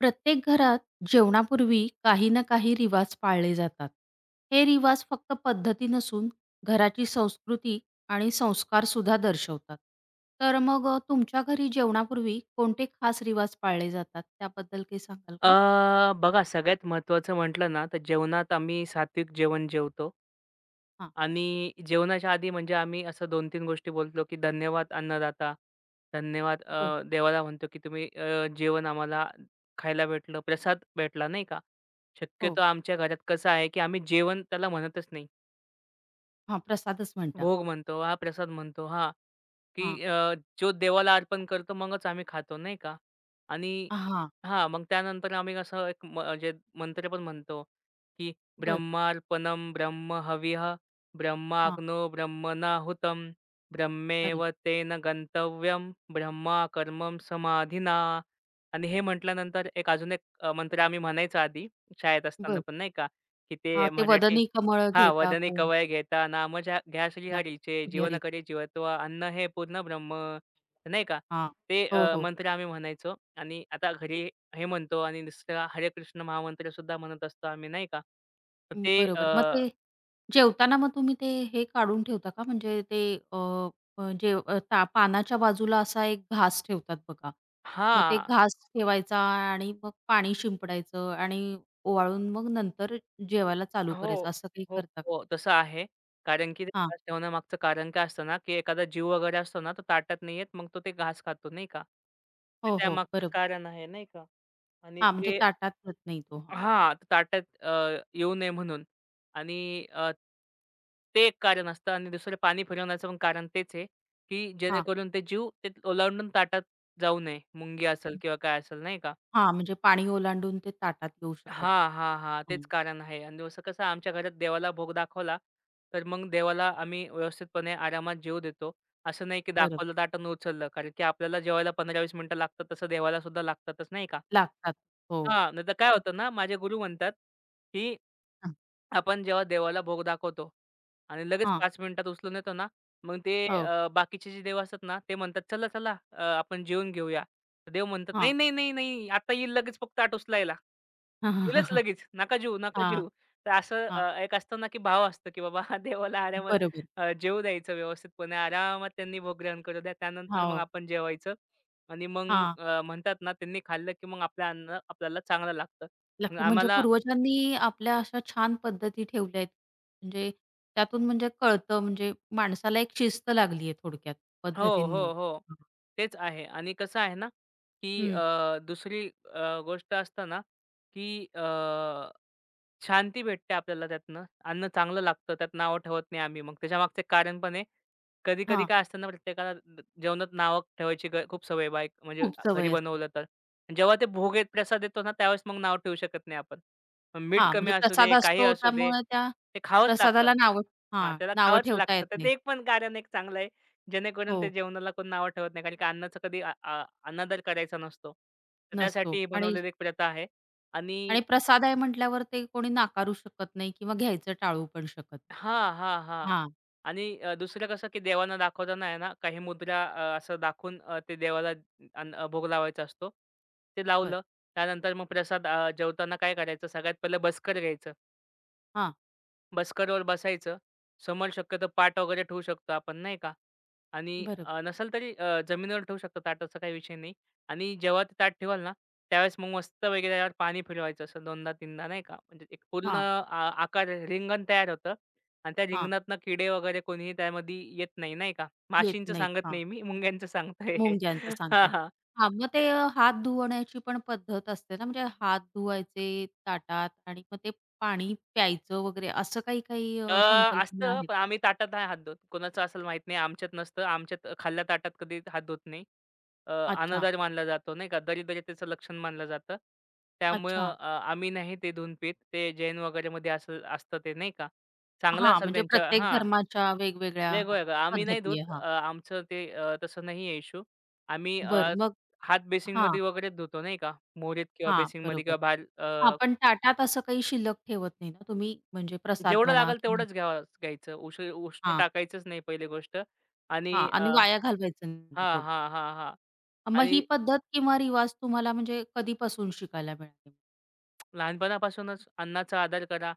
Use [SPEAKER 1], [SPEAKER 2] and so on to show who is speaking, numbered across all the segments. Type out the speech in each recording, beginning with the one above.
[SPEAKER 1] प्रत्येक घरात जेवणापूर्वी काही ना काही रिवाज पाळले जातात. हे रिवाज फक्त पद्धती नसून घराची संस्कृती आणि संस्कार सुद्धा दर्शवतात. तर मग तुमच्या घरी जेवणापूर्वी कोणते खास रिवाज पाळले जातात? त्याबद्दल काही सांगाल
[SPEAKER 2] अ,
[SPEAKER 1] का?
[SPEAKER 2] बघा सगळ्यात महत्त्वाचं म्हटलं ना, तर जेवणात आम्ही सात्विक जेवण जेवतो
[SPEAKER 1] हां.
[SPEAKER 2] आणि जेवणाच्या आधी म्हणजे आम्ही असं 2-3 गोष्टी बोलतो, की धन्यवाद अन्नदाता. धन्यवाद
[SPEAKER 1] बरं.
[SPEAKER 2] देवाला म्हणतो, की तुम्ही जेवण आम्हाला खायला भेटलं, प्रसाद भेटला नाही का.
[SPEAKER 1] हो.
[SPEAKER 2] शक्यतो आमच्या घरात कसं आहे, की आम्ही जेवण त्याला म्हणतच नाही.
[SPEAKER 1] हां, प्रसादच म्हणता.
[SPEAKER 2] भोग म्हणतो हा प्रसाद म्हणतो हा, की
[SPEAKER 1] हां.
[SPEAKER 2] जो देवाला अर्पण करतो मगच आम्ही खातो नाही का? आणि
[SPEAKER 1] हां.
[SPEAKER 2] हा मग त्यानंतर आम्ही असं एक म्हणजे मंत्र पण म्हणतो, की
[SPEAKER 1] बरं.
[SPEAKER 2] ब्रह्मार्पणं ब्रह्म हविः
[SPEAKER 1] हां.
[SPEAKER 2] ब्रह्माग्नो ब्रह्मणाहुतं
[SPEAKER 1] अरे!
[SPEAKER 2] ब्रह्मैव तेन गंतव्यं ब्रह्मा कर्मं समाधिना. आणि हे म्हटल्यानंतर एक अजून एक मंत्र आम्ही म्हणायचो आधी शाळेत असताना
[SPEAKER 1] बरं.
[SPEAKER 2] पण नाही का, की
[SPEAKER 1] हां,
[SPEAKER 2] ते
[SPEAKER 1] ते
[SPEAKER 2] मराठी
[SPEAKER 1] वदनी कमळ
[SPEAKER 2] हां,
[SPEAKER 1] घेता
[SPEAKER 2] वदने
[SPEAKER 1] कोण
[SPEAKER 2] कवय घेता नाम ज्या घ्या
[SPEAKER 1] या
[SPEAKER 2] श्रीहरीचे, जीवन
[SPEAKER 1] फिर्यारीती.
[SPEAKER 2] करी जीवत्वा, अन्न हे पूर्ण ब्रह्म, नाही का?
[SPEAKER 1] हां.
[SPEAKER 2] ते
[SPEAKER 1] हो, हो.
[SPEAKER 2] मंत्र आम्ही म्हणायचो आणि आता घरी हे म्हणतो आणि दुसरा हरे कृष्ण महामंत्र सुद्धा म्हणत असतो आम्ही, नाही का? तर
[SPEAKER 1] अं,
[SPEAKER 2] ते
[SPEAKER 1] बरोबर. मग ते जेवताना मग तुम्ही ते हे काढून ठेवता का? म्हणजे ते अ, अ, जेव अ, ता पानाच्या बाजूला असा एक घास ठेवतात बघा. मग ते
[SPEAKER 2] हां.
[SPEAKER 1] घास ठेवायचा आणि मग पाणी शिंपडायचं आणि ओवाळून मग नंतर जेवायला चालू करायचं
[SPEAKER 2] हो,
[SPEAKER 1] असं काही
[SPEAKER 2] हो,
[SPEAKER 1] करता का?
[SPEAKER 2] हो. तसं आहे. कारण की ते
[SPEAKER 1] हां.
[SPEAKER 2] घास ठेवण्यामागचं कारण काय असतं ना, की एखादा जीव वगैरे असतो ना, तो ताटात नाही येत, मग तो ते घास खातो, नाही का? ते
[SPEAKER 1] हो, हो.
[SPEAKER 2] त्यामागचं
[SPEAKER 1] बरोबर.
[SPEAKER 2] कारण आहे, नाही का? आणि
[SPEAKER 1] हां, म्हणजे
[SPEAKER 2] ते
[SPEAKER 1] ताटात होत नाही तो. हां.
[SPEAKER 2] हां, ताटात येऊ नये म्हणून आणि ते एक कारण असतं आणि दुसरं पाणी फिरवण्याचं पण कारण तेच आहे, की
[SPEAKER 1] हां.
[SPEAKER 2] जेणेकरून ते जीव ते ओलांडून ताटात जाऊ नये. मुंगी असेल किंवा काय असेल नाही का?
[SPEAKER 1] हां, म्हणजे पाणी ओलांडून ते ताटात येऊ शकत
[SPEAKER 2] हां, हां, हां.
[SPEAKER 1] हं.
[SPEAKER 2] तेच कारण आहे आणि असं कसं आमच्या घरात देवाला भोग दाखवला, तर मग देवाला आम्ही व्यवस्थितपणे आरामात जेवू देतो. असं नाही की
[SPEAKER 1] बरोबर.
[SPEAKER 2] दाखवलं ताटानं उचललं. कारण की आपल्याला जेवायला 15-20 मिनिटं लागतात, तसं देवाला सुद्धा लागतातच नाही का?
[SPEAKER 1] लागतात. हो.
[SPEAKER 2] हां, नाहीतर काय होतं ना, माझे गुरु म्हणतात, की
[SPEAKER 1] हां.
[SPEAKER 2] आपण जेव्हा देवाला भोग दाखवतो आणि लगेच
[SPEAKER 1] हां.
[SPEAKER 2] 5 मिनिटात उचलून येतो ना, मग ते
[SPEAKER 1] हो.
[SPEAKER 2] बाकीचे जे देव असतात ना, ते म्हणतात, "चला, चला आपण जेवून घेऊया." तर देव म्हणतात,
[SPEAKER 1] हां.
[SPEAKER 2] "नाही, नाही, नाही, नाही. आता येईल लगेच फक्त ताट उचलायला."
[SPEAKER 1] हां,
[SPEAKER 2] येईलच
[SPEAKER 1] हां.
[SPEAKER 2] लगेच, "नका जेवू, नका जेवू." तर असं एक असतं ना, की भाव असतो, की बाबा देवाला आरामात
[SPEAKER 1] बरोबर.
[SPEAKER 2] जेवू द्यायचं व्यवस्थितपणे. आरामात त्यांनी भोग ग्रहण करू द्या. त्यानंतर मग
[SPEAKER 1] हो.
[SPEAKER 2] आपण जेवायचं आणि मग
[SPEAKER 1] हां.
[SPEAKER 2] म्हणतात ना, त्यांनी खाल्लं, की मग आपलं अन्न आपल्याला चांगलं लागतं. मग
[SPEAKER 1] लक्ष म्हणजे
[SPEAKER 2] आम्हाला
[SPEAKER 1] पूर्वजांनी आपल्या अशा छान पद्धती ठेवल्या आहेत. म्हणजे त्यातून म्हणजे कळतं म्हणजे माणसाला एक शिस्त लागली आहे थोडक्यात
[SPEAKER 2] हो, हो,
[SPEAKER 1] पद्धतींमुळे.
[SPEAKER 2] हो. तेच आहे आणि कसं आहे ना, की
[SPEAKER 1] हं.
[SPEAKER 2] दुसरी गोष्ट असतं ना, की शांती भेटते आपल्याला त्यातनं. अन्न चांगलं लागतं, त्यात नावं ठेवत नाही आम्ही. मग त्याच्यामागचं कारण पण आहे. कधी-कधी
[SPEAKER 1] हां.
[SPEAKER 2] काय असतं ना, प्रत्येकाला जेवणात नावं ठेवायची खूप सवय बाईक म्हणजे
[SPEAKER 1] खूप
[SPEAKER 2] घरी
[SPEAKER 1] सवय असते.
[SPEAKER 2] बनवलं तर. पण जेव्हा ते भोग येत, प्रसाद येतो ना, त्यावेळेस मग नाव ठेवू शकत नाही आपण. मग मीठ
[SPEAKER 1] हां,
[SPEAKER 2] कमी
[SPEAKER 1] म्हणजे
[SPEAKER 2] असू
[SPEAKER 1] प्रसाद
[SPEAKER 2] दे, काही
[SPEAKER 1] असतो
[SPEAKER 2] असू दे,
[SPEAKER 1] त्यामुळे त्या
[SPEAKER 2] ते खावंच लागतं.
[SPEAKER 1] प्रसादाला नावं
[SPEAKER 2] हां,
[SPEAKER 1] हां,
[SPEAKER 2] त्याला
[SPEAKER 1] नावं
[SPEAKER 2] खावंच
[SPEAKER 1] ठेवता येत
[SPEAKER 2] लागतं. तर
[SPEAKER 1] नाहीत.
[SPEAKER 2] ते एक पण कारण एक चांगलं आहे, जेणेकरून ते
[SPEAKER 1] हो,
[SPEAKER 2] जेवणाला कोण नावं ठेवत नाही. कारण की अन्नाचा कधी अ, अ, अनादर करायचा नसतो. तर
[SPEAKER 1] नसतो
[SPEAKER 2] त्यासाठी ही
[SPEAKER 1] आणि
[SPEAKER 2] बनवलेली एक प्रथा आहे आणि
[SPEAKER 1] आणि प्रसाद आहे म्हटल्यावर ते कोणी नाकारू शकत नाही किंवा घ्यायचं टाळू पण शकत
[SPEAKER 2] हां, हां, हां.
[SPEAKER 1] हां,
[SPEAKER 2] आणि दुसरं कसं की देवांना दाखवताना आहे ना, काही मुद्रा असं दाखवून ते देवाला भोग लावायचा असतो. ते
[SPEAKER 1] बरं.
[SPEAKER 2] लावलं. त्यानंतर मग प्रसाद जेवताना काय करायचं, सगळ्यात पहिलं बसकर घ्यायचं.
[SPEAKER 1] हां,
[SPEAKER 2] बसकरवर बसायचं. समोर शक्यतो पाट वगैरे ठेवू शकतो आपण नाही का? आणि
[SPEAKER 1] बरोबर.
[SPEAKER 2] नसेल तरी जमिनीवर ठेवू शकतो ताटाचा काही विषय नाही. आणि जेव्हा ते ताट ठेवाल ना, त्यावेळेस मग मस्त वगैरे त्यावर पाणी फिरवायचं असं 2दा-3दा नाही का? म्हणजे एक पूर्ण
[SPEAKER 1] हां,
[SPEAKER 2] आकार रिंगण तयार होतं आणि त्या
[SPEAKER 1] हां.
[SPEAKER 2] रिंगणातनं किडे वगैरे कोणीही त्यामध्ये येत नाही, नाही का?
[SPEAKER 1] घेत
[SPEAKER 2] माशींचं सांगत
[SPEAKER 1] नाहीत.
[SPEAKER 2] नाही मी, मुंग्यांचं सांगतोय.
[SPEAKER 1] मुंग्यांचं
[SPEAKER 2] हां,
[SPEAKER 1] सांगताय.
[SPEAKER 2] हां.
[SPEAKER 1] हां, मग ते हात धुवण्याची पण पद्धत असते ना, म्हणजे हात धुवायचे ताटात आणि मग ते पाणी प्यायचं वगैरे असं काही काही
[SPEAKER 2] अ,
[SPEAKER 1] संकल्पना
[SPEAKER 2] असतं
[SPEAKER 1] आहेत
[SPEAKER 2] पण
[SPEAKER 1] ना?
[SPEAKER 2] आम्ही ताटात नाही हात धुत. कोणाचं असेल माहीत नाही. आमच्यात नसतं. आमच्यात खाल्ल्या ताटात कधी हात धुत नाही. अ,
[SPEAKER 1] अच्छा,
[SPEAKER 2] अनादर मानला जातो नाही का. दरिद्रतेचं लक्षण मानलं जातं.
[SPEAKER 1] अच्छा.
[SPEAKER 2] त्यामुळं आम्ही नाही ते धुवून पीत. ते जैन वगैरेमध्ये असं असतं ते नाही का. चांगलं
[SPEAKER 1] हां,
[SPEAKER 2] असेल
[SPEAKER 1] म्हणजे
[SPEAKER 2] त्यांच्या
[SPEAKER 1] प्रत्येक
[SPEAKER 2] हां,
[SPEAKER 1] धर्माच्या वेगवेगळ्या हां,
[SPEAKER 2] वेगवेगळं. आम्ही नाही धुत.
[SPEAKER 1] पद्धती आहे. हां,
[SPEAKER 2] आमचं ते तसं नाही आहे इश्यू. आम्ही
[SPEAKER 1] बरं मग
[SPEAKER 2] हात
[SPEAKER 1] हां,
[SPEAKER 2] बेसिनमध्ये वगैरे धुतो नाही का. मोरीत किंवा
[SPEAKER 1] हां,
[SPEAKER 2] बेसिनमध्ये
[SPEAKER 1] बरोबर.
[SPEAKER 2] किंवा बाहेर
[SPEAKER 1] हां, पण ताटात असं काही शिल्लक ठेवत नाही ना तुम्ही? म्हणजे प्रसाद
[SPEAKER 2] जेवढं
[SPEAKER 1] म्हणा
[SPEAKER 2] लागेल
[SPEAKER 1] किंवा
[SPEAKER 2] तेवढंच घ्यावं घ्यायचं. उष्ण
[SPEAKER 1] हां,
[SPEAKER 2] टाकायचंच नाही पहिली गोष्ट
[SPEAKER 1] हां
[SPEAKER 2] आणि
[SPEAKER 1] आणि वाया घालवायचं नाही ना
[SPEAKER 2] हां,
[SPEAKER 1] थोडं.
[SPEAKER 2] हां, हां, हां.
[SPEAKER 1] मग
[SPEAKER 2] आणि
[SPEAKER 1] ही पद्धत किंवा रिवाज तुम्हाला म्हणजे कधीपासून शिकायला मिळाले?
[SPEAKER 2] लहानपणापासूनच अन्नाचा आदर करा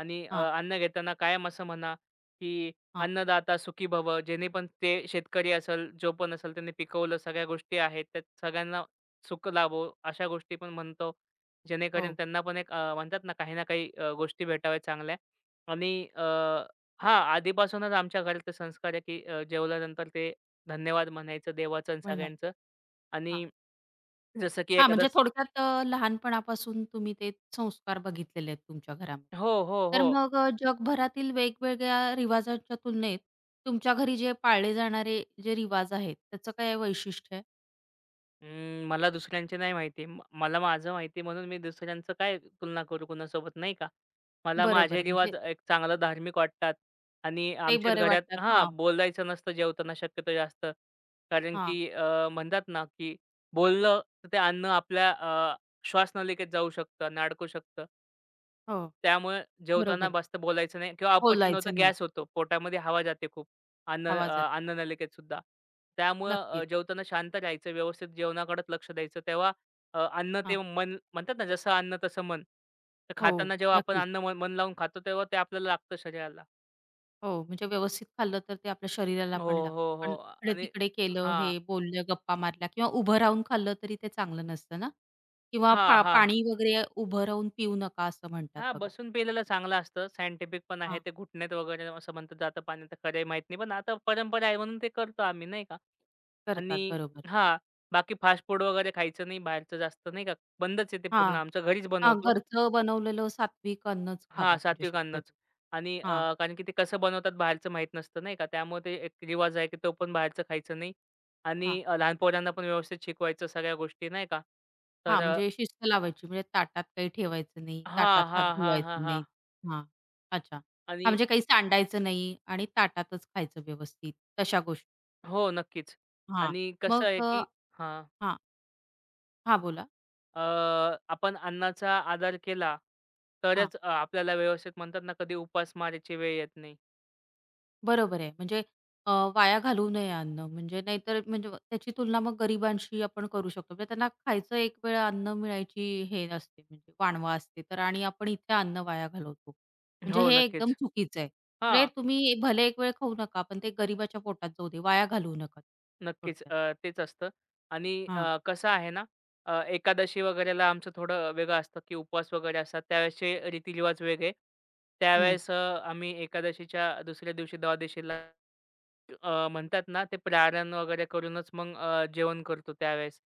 [SPEAKER 2] आणि
[SPEAKER 1] हां,
[SPEAKER 2] अन्न घेताना कायम असं म्हणा, की
[SPEAKER 1] हां.
[SPEAKER 2] अन्नदाता सुखी भव. जेणे पण ते शेतकरी असेल, जो पण असेल त्यांनी पिकवलं सगळ्या गोष्टी आहेत, त्यात सगळ्यांना सुख लाभो. अशा गोष्टी पण म्हणतो. जेणेकरून
[SPEAKER 1] हो,
[SPEAKER 2] त्यांना पण एक म्हणतात ना काही ना काही गोष्टी भेटाव्या चांगल्या आणि हां, आधीपासूनच आमच्या घरात ते संस्कार आहे, की जेवल्यानंतर ते धन्यवाद म्हणायचं देवाचं आणि
[SPEAKER 1] पण नाही.
[SPEAKER 2] सगळ्यांचं
[SPEAKER 1] हां.
[SPEAKER 2] आणि जसं की
[SPEAKER 1] हां,
[SPEAKER 2] एखादा
[SPEAKER 1] म्हणजे थोडक्यात लहानपणापासून तुम्ही ते संस्कार बघितलेले आहेत तुमच्या घरामध्ये.
[SPEAKER 2] हो, हो,
[SPEAKER 1] तर
[SPEAKER 2] हो.
[SPEAKER 1] मग जगभरातील वेगवेगळ्या रिवाजांच्या तुलनेत तुमच्या घरी जे पाळले जाणारे जे रिवाज आहेत, त्याचं काय वैशिष्ट्य आहे?
[SPEAKER 2] अं, मला दुसऱ्यांचे नाही माहिती. मला माझं माहिती आहे म्हणून मी दुसऱ्यांचं काय तुलना करू कुणासोबत नाही का. मला माझे
[SPEAKER 1] बरोबर, म्हणजे
[SPEAKER 2] रिवाज एक चांगलं धार्मिक वाटतात आणि
[SPEAKER 1] ते
[SPEAKER 2] आमच्याच
[SPEAKER 1] बरे
[SPEAKER 2] घरात
[SPEAKER 1] वाटतात.
[SPEAKER 2] हां,
[SPEAKER 1] हां,
[SPEAKER 2] बोलायचं नसतं जेवताना शक्यतो जास्त. कारण
[SPEAKER 1] हां.
[SPEAKER 2] की म्हणतात ना, की बोललं तर ते अन्न आपल्या श्वासनलिकेत जाऊ शकतं आणि अडकू शकतं.
[SPEAKER 1] हो,
[SPEAKER 2] त्यामुळे जेवताना
[SPEAKER 1] बरोबर.
[SPEAKER 2] जास्त बोलायचं नाही किंवा अपचन होतं,
[SPEAKER 1] बोलायचं नाही
[SPEAKER 2] गॅस होतो. पोटामध्ये हवा जाते खूप. अन्न
[SPEAKER 1] आवाजात.
[SPEAKER 2] अन्ननलिकेतसुद्धा. त्यामुळं
[SPEAKER 1] नक्कीच.
[SPEAKER 2] जेवताना शांत राहायचं, व्यवस्थित जेवणाकडेच लक्ष द्यायचं. तेव्हा अन्न ते
[SPEAKER 1] हां.
[SPEAKER 2] मन म्हणतात ना, जसं अन्न तसं मन. तर
[SPEAKER 1] हो,
[SPEAKER 2] खाताना जेव्हा आपण
[SPEAKER 1] नक्कीच.
[SPEAKER 2] अन्न मन मन लावून खातो, तेव्हा ते आपल्याला लागतं शरीराला.
[SPEAKER 1] हो, म्हणजे व्यवस्थित खाल्लं तर ते आपल्या शरीराला
[SPEAKER 2] हो,
[SPEAKER 1] पण लागतं.
[SPEAKER 2] हो, हो.
[SPEAKER 1] पण
[SPEAKER 2] आणि
[SPEAKER 1] इकडे-तिकडे केलं,
[SPEAKER 2] हां.
[SPEAKER 1] हे बोललं, गप्पा मारल्या किंवा उभं राहून खाल्लं तरी ते चांगलं नसतं ना? किंवा
[SPEAKER 2] हां, हां.
[SPEAKER 1] पाणी वगैरे उभं राहून पिऊ नका असं म्हणतात
[SPEAKER 2] हां,
[SPEAKER 1] बघा.
[SPEAKER 2] बसून पिलेलं चांगलं असतं. सायंटिफिक पण आहे.
[SPEAKER 1] हां,
[SPEAKER 2] ते घुटण्यात वगैरे असं म्हणतात जातं पाणी. तर खरं आहे माहीत नाही. पण आता परंपरा आहे म्हणून ते करतो आम्ही नाही का.
[SPEAKER 1] करतात
[SPEAKER 2] आणि
[SPEAKER 1] बरोबर.
[SPEAKER 2] हां, बाकी फास्ट फूड वगैरे खायचं नाही, बाहेरचं जास्त नाही का. बंदच आहे ते पूर्ण
[SPEAKER 1] हां,
[SPEAKER 2] आमचं. घरीच
[SPEAKER 1] हां,
[SPEAKER 2] बनवतो.
[SPEAKER 1] घरचं बनवलेलं सात्विक अन्नच
[SPEAKER 2] हां,
[SPEAKER 1] खावा म्हणजे
[SPEAKER 2] सात्विक अन्नच
[SPEAKER 1] शक्यतो.
[SPEAKER 2] आणि
[SPEAKER 1] हां,
[SPEAKER 2] कारण की ते कसं बनवतात बाहेरचं माहीत नसतं नाही का? त्यामुळे ते एक रिवाज आहे, की तो पण बाहेरचं खायचं नाही आणि
[SPEAKER 1] हां,
[SPEAKER 2] लहान पोरांना पण व्यवस्थित शिकवायचं सगळ्या गोष्टी नाही का? तर
[SPEAKER 1] हां, म्हणजे शिस्त लावायची म्हणजे ताटात काही ठेवायचं नाही, ताटात
[SPEAKER 2] हां,
[SPEAKER 1] हात
[SPEAKER 2] हां, हां, हां,
[SPEAKER 1] धुवायचे
[SPEAKER 2] हां
[SPEAKER 1] नाहीत. हां, अच्छा. हां,
[SPEAKER 2] आणि
[SPEAKER 1] म्हणजे काही सांडायचं नाही आणि ताटातच खायचं व्यवस्थित, तशा गोष्टी.
[SPEAKER 2] हो, नक्कीच
[SPEAKER 1] हां.
[SPEAKER 2] आणि कसं
[SPEAKER 1] मग
[SPEAKER 2] आहे, की हां,
[SPEAKER 1] हां. हां, बोला.
[SPEAKER 2] अ, आपण अन्नाचा आदर केला,
[SPEAKER 1] हां,
[SPEAKER 2] तरच आपल्याला व्यवस्थित म्हणतात ना, कधी उपास मारायची वेळ येत नाही.
[SPEAKER 1] बरोबर आहे. म्हणजे अ, वाया घालवू नये अन्न म्हणजे नाहीतर म्हणजे त्याची तुलना मग गरिबांशी आपण करू शकतो. म्हणजे त्यांना खायचं एक वेळा अन्न मिळायची हे असते म्हणजे वानवा असते तर आणि आपण इथे अन्न वाया घालवतो. म्हणजे
[SPEAKER 2] हो,
[SPEAKER 1] हे एकदम
[SPEAKER 2] नक्कीच.
[SPEAKER 1] चुकीचं आहे. म्हणजे
[SPEAKER 2] हां.
[SPEAKER 1] तुम्ही भले एक वेळ खाऊ नका, पण ते गरिबाच्या पोटात जाऊ दे, वाया घालवू नका.
[SPEAKER 2] नक्कीच.
[SPEAKER 1] थोडक्यात.
[SPEAKER 2] तेच असतं आणि
[SPEAKER 1] हां.
[SPEAKER 2] कसं आहे ना, एकादशी वगैरेला आमचं थोडं वेगळं असतं, की उपवास वगैरे असतात. त्यावेळेसचे रीतिरिवाज वेगळे.
[SPEAKER 1] हं.
[SPEAKER 2] त्यावेळेस आम्ही एकादशीच्या दुसऱ्या दिवशी द्वादशीला म्हणतात ना, ते प्रारण वगैरे करूनच मग जेवण करतो त्यावेळेस,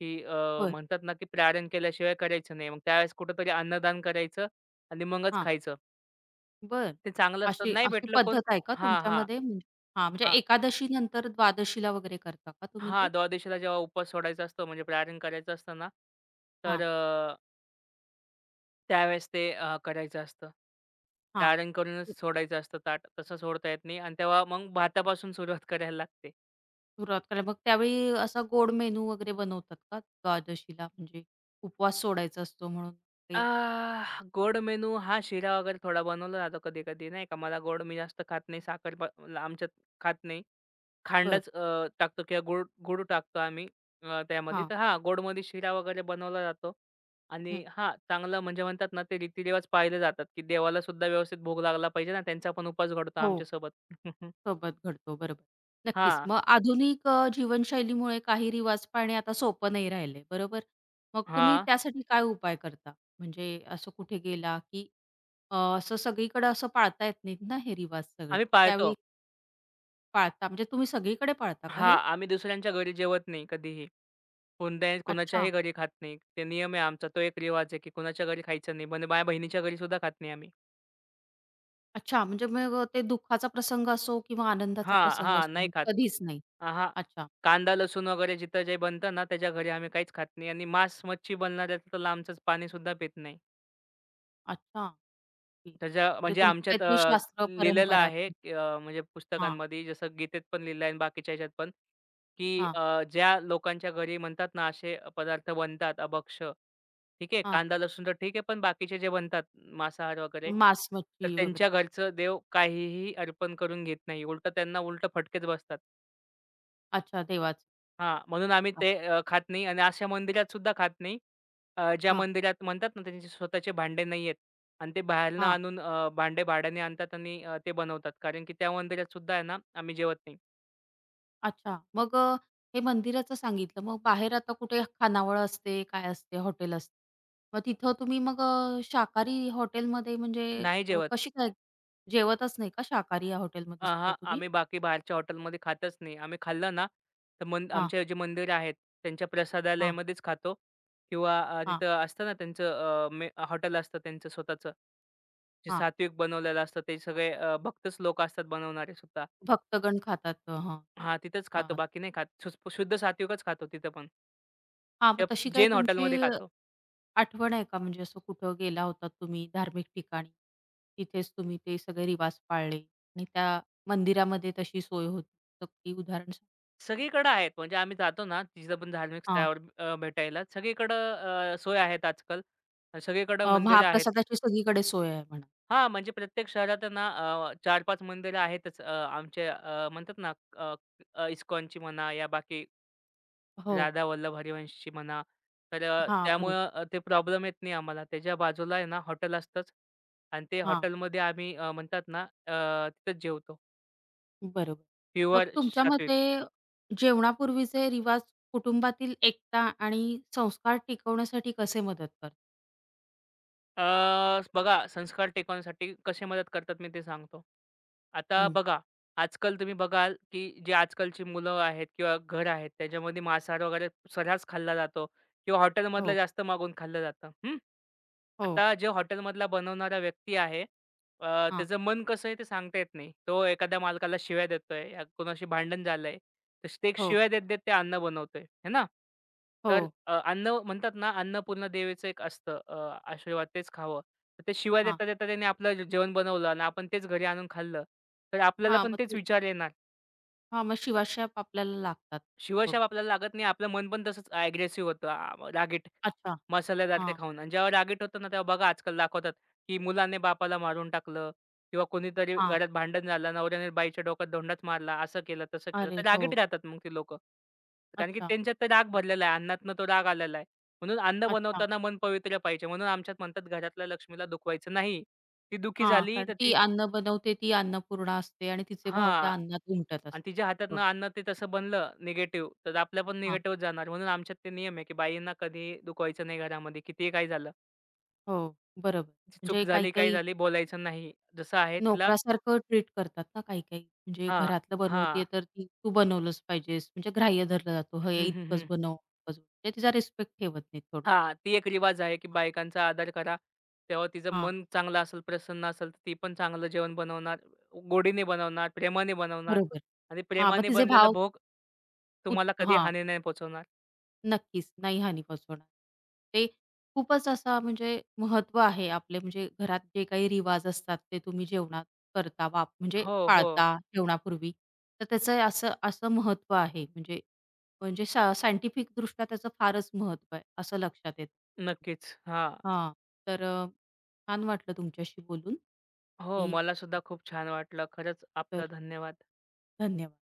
[SPEAKER 2] की
[SPEAKER 1] बरं.
[SPEAKER 2] म्हणतात ना, की प्रारण केल्याशिवाय करायचं नाही. मग त्यावेळेस कुठेतरी अन्नदान करायचं आणि मगच
[SPEAKER 1] हां.
[SPEAKER 2] खायचं.
[SPEAKER 1] बरं.
[SPEAKER 2] ते चांगलं असतं.
[SPEAKER 1] अशी
[SPEAKER 2] नाही
[SPEAKER 1] अशी
[SPEAKER 2] भेटलं कोण
[SPEAKER 1] पद्धत आहे का
[SPEAKER 2] हां, हां.
[SPEAKER 1] तुमच्यामध्ये? म्हणजे हां, म्हणजे एकादशीनंतर द्वादशीला वगैरे करता का तुम्ही
[SPEAKER 2] हां,
[SPEAKER 1] ते?
[SPEAKER 2] द्वादशीला जेव्हा उपवास सोडायचा असतो म्हणजे पारायण करायचं असतं ना, तर
[SPEAKER 1] हां,
[SPEAKER 2] त्यावेळेस ते करायचं असतं.
[SPEAKER 1] हां.
[SPEAKER 2] पारायण करूनच सोडायचं असतं ताट. तसं सोडता येत नाही आणि तेव्हा मग भातापासून सुरुवात करायला लागते.
[SPEAKER 1] सुरुवात करा. मग त्यावेळी असा गोड मेनू वगैरे बनवतात का द्वादशीला? म्हणजे उपवास सोडायचा असतो म्हणून काही असं?
[SPEAKER 2] आह, गोड मेनू हा शिरा वगैरे थोडा बनवला जातो कधी-कधी नाही का. मला गोड मी जास्त खात नाही. साखर ब आमच्यात खात नाही.
[SPEAKER 1] बरं.
[SPEAKER 2] खांडच टाकतो किंवा गूळ गूळ टाकतो आम्ही त्यामध्ये.
[SPEAKER 1] हां.
[SPEAKER 2] तर हां, गोडमध्ये शिरा वगैरे बनवला जातो आणि
[SPEAKER 1] हं.
[SPEAKER 2] हां, चांगलं म्हणजे म्हणतात ना, ते रीतिरिवाज पाळले जातात, की देवाला सुद्धा व्यवस्थित भोग लागला पाहिजे ना, त्यांचा पण उपवास घडतो
[SPEAKER 1] हो.
[SPEAKER 2] आमच्यासोबत.
[SPEAKER 1] सोबत घडतो. बरोबर. नक्कीच.
[SPEAKER 2] हां,
[SPEAKER 1] मग आधुनिक जीवनशैलीमुळे काही रिवाज पाळणे आता सोपं नाही राहिले, बरोबर? मग तुम्ही
[SPEAKER 2] हां.
[SPEAKER 1] त्यासाठी काय उपाय करता? म्हणजे असं कुठे गेला, की असं सगळीकडे असं पाळता येत नाहीत ना हे रिवाज सगळे.
[SPEAKER 2] आम्ही पाळतो.
[SPEAKER 1] त्यावेळी पाळता म्हणजे तुम्ही सगळीकडे पाळता का
[SPEAKER 2] हां,
[SPEAKER 1] हे?
[SPEAKER 2] आम्ही दुसऱ्यांच्या घरी जेवत नाही कधीही. कोणत्याही
[SPEAKER 1] अच्छा.
[SPEAKER 2] कुणाच्याही घरी खात नाही. ते नियम आहे आमचा. तो एक रिवाज आहे, की कुणाच्या घरी खायचं नाही. पण माझ्या बहिणीच्या घरी सुद्धा खात नाही आम्ही.
[SPEAKER 1] अच्छा. म्हणजे मग ते दुःखाचा प्रसंग असो किंवा आनंदाचा
[SPEAKER 2] हां,
[SPEAKER 1] प्रसंग
[SPEAKER 2] हां.
[SPEAKER 1] असो,
[SPEAKER 2] नाही
[SPEAKER 1] मग
[SPEAKER 2] खात.
[SPEAKER 1] कधीच नाही.
[SPEAKER 2] हां.
[SPEAKER 1] अच्छा.
[SPEAKER 2] कांदा, लसूण वगैरे जिथं जे बनतं ना, त्याच्या घरी आम्ही काहीच खात नाही आणि मांस, मच्छी बनणाऱ्याचं तर लांबचंच पाणी सुद्धा पित नाही.
[SPEAKER 1] अच्छा. ओके.
[SPEAKER 2] त्याच्या
[SPEAKER 1] म्हणजे
[SPEAKER 2] म्हणजे
[SPEAKER 1] तुमचं
[SPEAKER 2] आमच्यात
[SPEAKER 1] काहीतरी शास्त्र,
[SPEAKER 2] लिहिलेलं
[SPEAKER 1] परंपरा.
[SPEAKER 2] आहे की, म्हणजे
[SPEAKER 1] हां,
[SPEAKER 2] पुस्तकांमध्ये जसं गीतेत पण लिहिलं आहे आणि बाकीच्या ह्याच्यात पण, की
[SPEAKER 1] हां,
[SPEAKER 2] ज्या लोकांच्या घरी म्हणतात ना, असे पदार्थ बनतात अभक्ष, ठीक आहे.
[SPEAKER 1] हां.
[SPEAKER 2] कांदा, लसूण तर ठीक आहे, पण बाकीचे जे बनतात मांसाहार वगैरे,
[SPEAKER 1] मांस,
[SPEAKER 2] तर
[SPEAKER 1] मच्छी
[SPEAKER 2] त्यांच्या
[SPEAKER 1] वगैरे.
[SPEAKER 2] घरचं देव काहीही अर्पण करून घेत नाही. उलटं त्यांना उलटं फटकेच बसतात.
[SPEAKER 1] अच्छा देवाचं.
[SPEAKER 2] हां, म्हणून आम्ही
[SPEAKER 1] हां,
[SPEAKER 2] ते खात नाही आणि अशा मंदिरात सुद्धा खात नाही. ज्या
[SPEAKER 1] हां,
[SPEAKER 2] मंदिरात म्हणतात ना त्यांचे स्वतःचे भांडे नाहीयेत आणि ते बाहेरनं
[SPEAKER 1] हां.
[SPEAKER 2] आणून भांडे भाड्याने आणतात आणि ते बनवतात. कारण की त्या मंदिरात सुद्धा आहे ना आम्ही जेवत नाही.
[SPEAKER 1] अच्छा. मग हे मंदिराचं सांगितलं. मग बाहेर आता कुठे खानावळ असते, काय असते, हॉटेल असते. मग तिथं तुम्ही मग शाकाहारी हॉटेलमध्ये म्हणजे
[SPEAKER 2] नाही जेवत.
[SPEAKER 1] कशी काय जेवतच नाही का शाकाहारी या हॉटेलमध्ये सुद्धा
[SPEAKER 2] अहा,
[SPEAKER 1] तुम्ही?
[SPEAKER 2] आम्ही बाकी बाहेरच्या हॉटेलमध्ये खातच नाही. आम्ही खाल्लं ना तर
[SPEAKER 1] हां,
[SPEAKER 2] आमचे जे मंदिर आहेत त्यांच्या
[SPEAKER 1] हां,
[SPEAKER 2] प्रसादालयामध्येच खातो किंवा
[SPEAKER 1] हां,
[SPEAKER 2] तिथं असतं ना त्यांचं अ, मे हॉटेल असतं त्यांचं स्वतःचं. जे
[SPEAKER 1] हां.
[SPEAKER 2] सात्विक बनवलेलं असतं ते सगळे भक्तच लोक असतात बनवणारे सुद्धा.
[SPEAKER 1] भक्तगण खातात. हां.
[SPEAKER 2] हां, तिथेच खातो.
[SPEAKER 1] हां.
[SPEAKER 2] बाकी नाही खात. शुद्ध सात्विकच खातो तिथं पण.
[SPEAKER 1] हां, मग
[SPEAKER 2] त्या
[SPEAKER 1] तशी काय
[SPEAKER 2] जैन
[SPEAKER 1] तुमची
[SPEAKER 2] हॉटेलमध्ये खातो.
[SPEAKER 1] आठवण आहे का म्हणजे असं कुठं गेला होता तुम्ही धार्मिक ठिकाणी? तिथेच तुम्ही ते सगळे रिवाज पाळले आणि त्या मंदिरामध्ये तशी सोय होती. तर ती उदाहरण सांग.
[SPEAKER 2] सगळीकडे आहेत. म्हणजे आम्ही जातो ना, तिथं पण धार्मिक
[SPEAKER 1] हां.
[SPEAKER 2] स्थळावर भेटायला. सगळीकडं सोय आहेत आजकाल. सगळीकडं मंदिरं आहेत.
[SPEAKER 1] महाप्रसादाची सगळीकडे सोय आहे म्हणा.
[SPEAKER 2] हां, म्हणजे प्रत्येक शहरात आहे ना 4-5 मंदिरं आहेतच. आमचे म्हणतात ना अ, अ, इस्कॉनची म्हणा या बाकी
[SPEAKER 1] हो.
[SPEAKER 2] राधा वल्लभ हरिवंशची म्हणा. तर
[SPEAKER 1] हां, बरोबर.
[SPEAKER 2] त्यामुळं ते प्रॉब्लेम येत नाही आम्हाला. त्याच्या बाजूला आहे ना हॉटेल असतंच आणि ते
[SPEAKER 1] हां,
[SPEAKER 2] हॉटेलमध्ये आम्ही म्हणतात ना अ, तिथेच जेवतो.
[SPEAKER 1] बरोबर. मग
[SPEAKER 2] प्युअर
[SPEAKER 1] तुमच्या मते
[SPEAKER 2] सात्विक.
[SPEAKER 1] जेवणापूर्वीचे रिवाज कुटुंबातील एकता आणि संस्कार टिकवण्यासाठी कसे मदत करतात?
[SPEAKER 2] अ, बघा संस्कार टिकवण्यासाठी कसे मदत करतात मी ते सांगतो. आता
[SPEAKER 1] हं.
[SPEAKER 2] बघा, आजकाल तुम्ही बघाल, की जे आजकालची मुलं आहेत किंवा घर आहेत त्याच्यामध्ये मांसाहार वगैरे सर्रास खाल्ला जातो किंवा हॉटेलमधलं
[SPEAKER 1] हो,
[SPEAKER 2] जास्त मागून खाल्लं जातं. हं.
[SPEAKER 1] हो.
[SPEAKER 2] आता जे हॉटेलमधला बनवणारा व्यक्ती आहे
[SPEAKER 1] हां.
[SPEAKER 2] त्याचं मन कसं आहे ते सांगता येत नाही. तो एखाद्या मालकाला शिव्या देतोय, या कोणाशी भांडण झालंय. तर ते एक
[SPEAKER 1] हो,
[SPEAKER 2] शिव्या देत-देत ते अन्न बनवतोय, है ना?
[SPEAKER 1] हो.
[SPEAKER 2] तर अन्न म्हणतात ना, अन्नपूर्णा देवीचं एक असतं आशीर्वाद तेच खावं. तर ते शिवाय
[SPEAKER 1] हां.
[SPEAKER 2] देता-देता त्यांनी आपलं जेवण बनवलं आणि आपण तेच घरी आणून खाल्लं, तर आपल्याला
[SPEAKER 1] हां,
[SPEAKER 2] पण
[SPEAKER 1] मग
[SPEAKER 2] तेच
[SPEAKER 1] ते
[SPEAKER 2] विचार येणार.
[SPEAKER 1] हां, मग शिवाशाप आपल्याला लागतात थोडं.
[SPEAKER 2] शिवाशाप आपल्याला लागत नाही. आपलं मन पण तसंच अग्रेसिव्ह होतं, रागीट.
[SPEAKER 1] अच्छा.
[SPEAKER 2] मसालेदार ते
[SPEAKER 1] हां,
[SPEAKER 2] खाऊन आणि जेव्हा रागीट होतं ना, तेव्हा बघा आजकाल दाखवतात, की मुलाने बापाला मारून टाकलं किंवा कोणीतरी
[SPEAKER 1] हां.
[SPEAKER 2] घरात भांडण झालं, नवऱ्याने बाईच्या डोक्यात धोंडाच मारला, असं केलं, तसं केलं.
[SPEAKER 1] अरे
[SPEAKER 2] तर रागीट
[SPEAKER 1] हो.
[SPEAKER 2] राहतात मग ती लोकं. कारण की
[SPEAKER 1] अच्छा,
[SPEAKER 2] त्यांच्यात तर राग भरलेला आहे. अन्नातनं तो राग आलेला आहे. म्हणून अन्न
[SPEAKER 1] अच्छा.
[SPEAKER 2] बनवताना मन पवित्र पाहिजे. म्हणून आमच्यात म्हणतात, घरातल्या लक्ष्मीला दुखवायचं नाही. ती दुःखी
[SPEAKER 1] हां,
[SPEAKER 2] झाली
[SPEAKER 1] कारण
[SPEAKER 2] तर
[SPEAKER 1] ती
[SPEAKER 2] ती
[SPEAKER 1] अन्न बनवते ती अन्नपूर्णा असते आणि तिचे भाव त्या
[SPEAKER 2] हां.
[SPEAKER 1] अन्नात उमटत
[SPEAKER 2] आणि
[SPEAKER 1] असतात.
[SPEAKER 2] तिच्या हातातनं
[SPEAKER 1] थोड
[SPEAKER 2] अन्न ते तसं बनलं निगेटिव्ह, तर आपलं पण
[SPEAKER 1] हां,
[SPEAKER 2] निगेटिव्हच जाणार. म्हणून आमच्यात ते नियम आहे, की बाईंना कधीही दुखवायचं नाही घरामध्ये. कितीही काही झालं.
[SPEAKER 1] हो, बरोबर.
[SPEAKER 2] तिची
[SPEAKER 1] म्हणजे
[SPEAKER 2] चूक झाली, काही
[SPEAKER 1] काही-काही
[SPEAKER 2] झाली, बोलायचं नाही. जसं आहे तिला
[SPEAKER 1] नोकरासारखं ट्रीट करतात ना काही-काही. म्हणजे
[SPEAKER 2] हां,
[SPEAKER 1] घरातलं
[SPEAKER 2] हां.
[SPEAKER 1] बनवतीये तर ती तू बनवलंच पाहिजेस. म्हणजे ग्राह्य धरला जातो. हे
[SPEAKER 2] हं, हं,
[SPEAKER 1] इतकंच
[SPEAKER 2] हं.
[SPEAKER 1] बनव, इतकंच म्हणजे तिचा रिस्पेक्ट ठेवत नाहीत थोडं.
[SPEAKER 2] हां, ती एक रिवाज आहे, की बायकांचा आदर करा. तेव्हा तिचं
[SPEAKER 1] हां,
[SPEAKER 2] मन चांगलं असेल, प्रसन्न असेल, तर ती पण चांगलं जेवण बनवणार, गोडीने बनवणार, प्रेमाने बनवणार
[SPEAKER 1] बरोबर.
[SPEAKER 2] आणि
[SPEAKER 1] हां, मग
[SPEAKER 2] प्रेमाने
[SPEAKER 1] तिचे
[SPEAKER 2] बनलेला
[SPEAKER 1] भाव
[SPEAKER 2] भोग तुम्हाला कधी
[SPEAKER 1] हां.
[SPEAKER 2] हानी नाही पोहोचवणार.
[SPEAKER 1] नक्कीच. नाही हानी पोहोचवणार. ते खूपच असा म्हणजे महत्त्व आहे आपले म्हणजे घरात जे काही रिवाज असतात ते तुम्ही जेवणात करता म्हणजे
[SPEAKER 2] हो, हो.
[SPEAKER 1] पाळता जेवणापूर्वी. तर त्याचं असं असं महत्त्व आहे म्हणजे म्हणजे सायंटिफिकदृष्ट्या त्याचं फारच महत्त्व आहे असं लक्षात येतं.
[SPEAKER 2] नक्कीच. हां.
[SPEAKER 1] हां. तर छान वाटलं तुमच्याशी बोलून
[SPEAKER 2] हो,
[SPEAKER 1] आणि
[SPEAKER 2] मला सुद्धा खूप छान वाटलं. खरंच
[SPEAKER 1] तर
[SPEAKER 2] आपलं धन्यवाद.
[SPEAKER 1] धन्यवाद.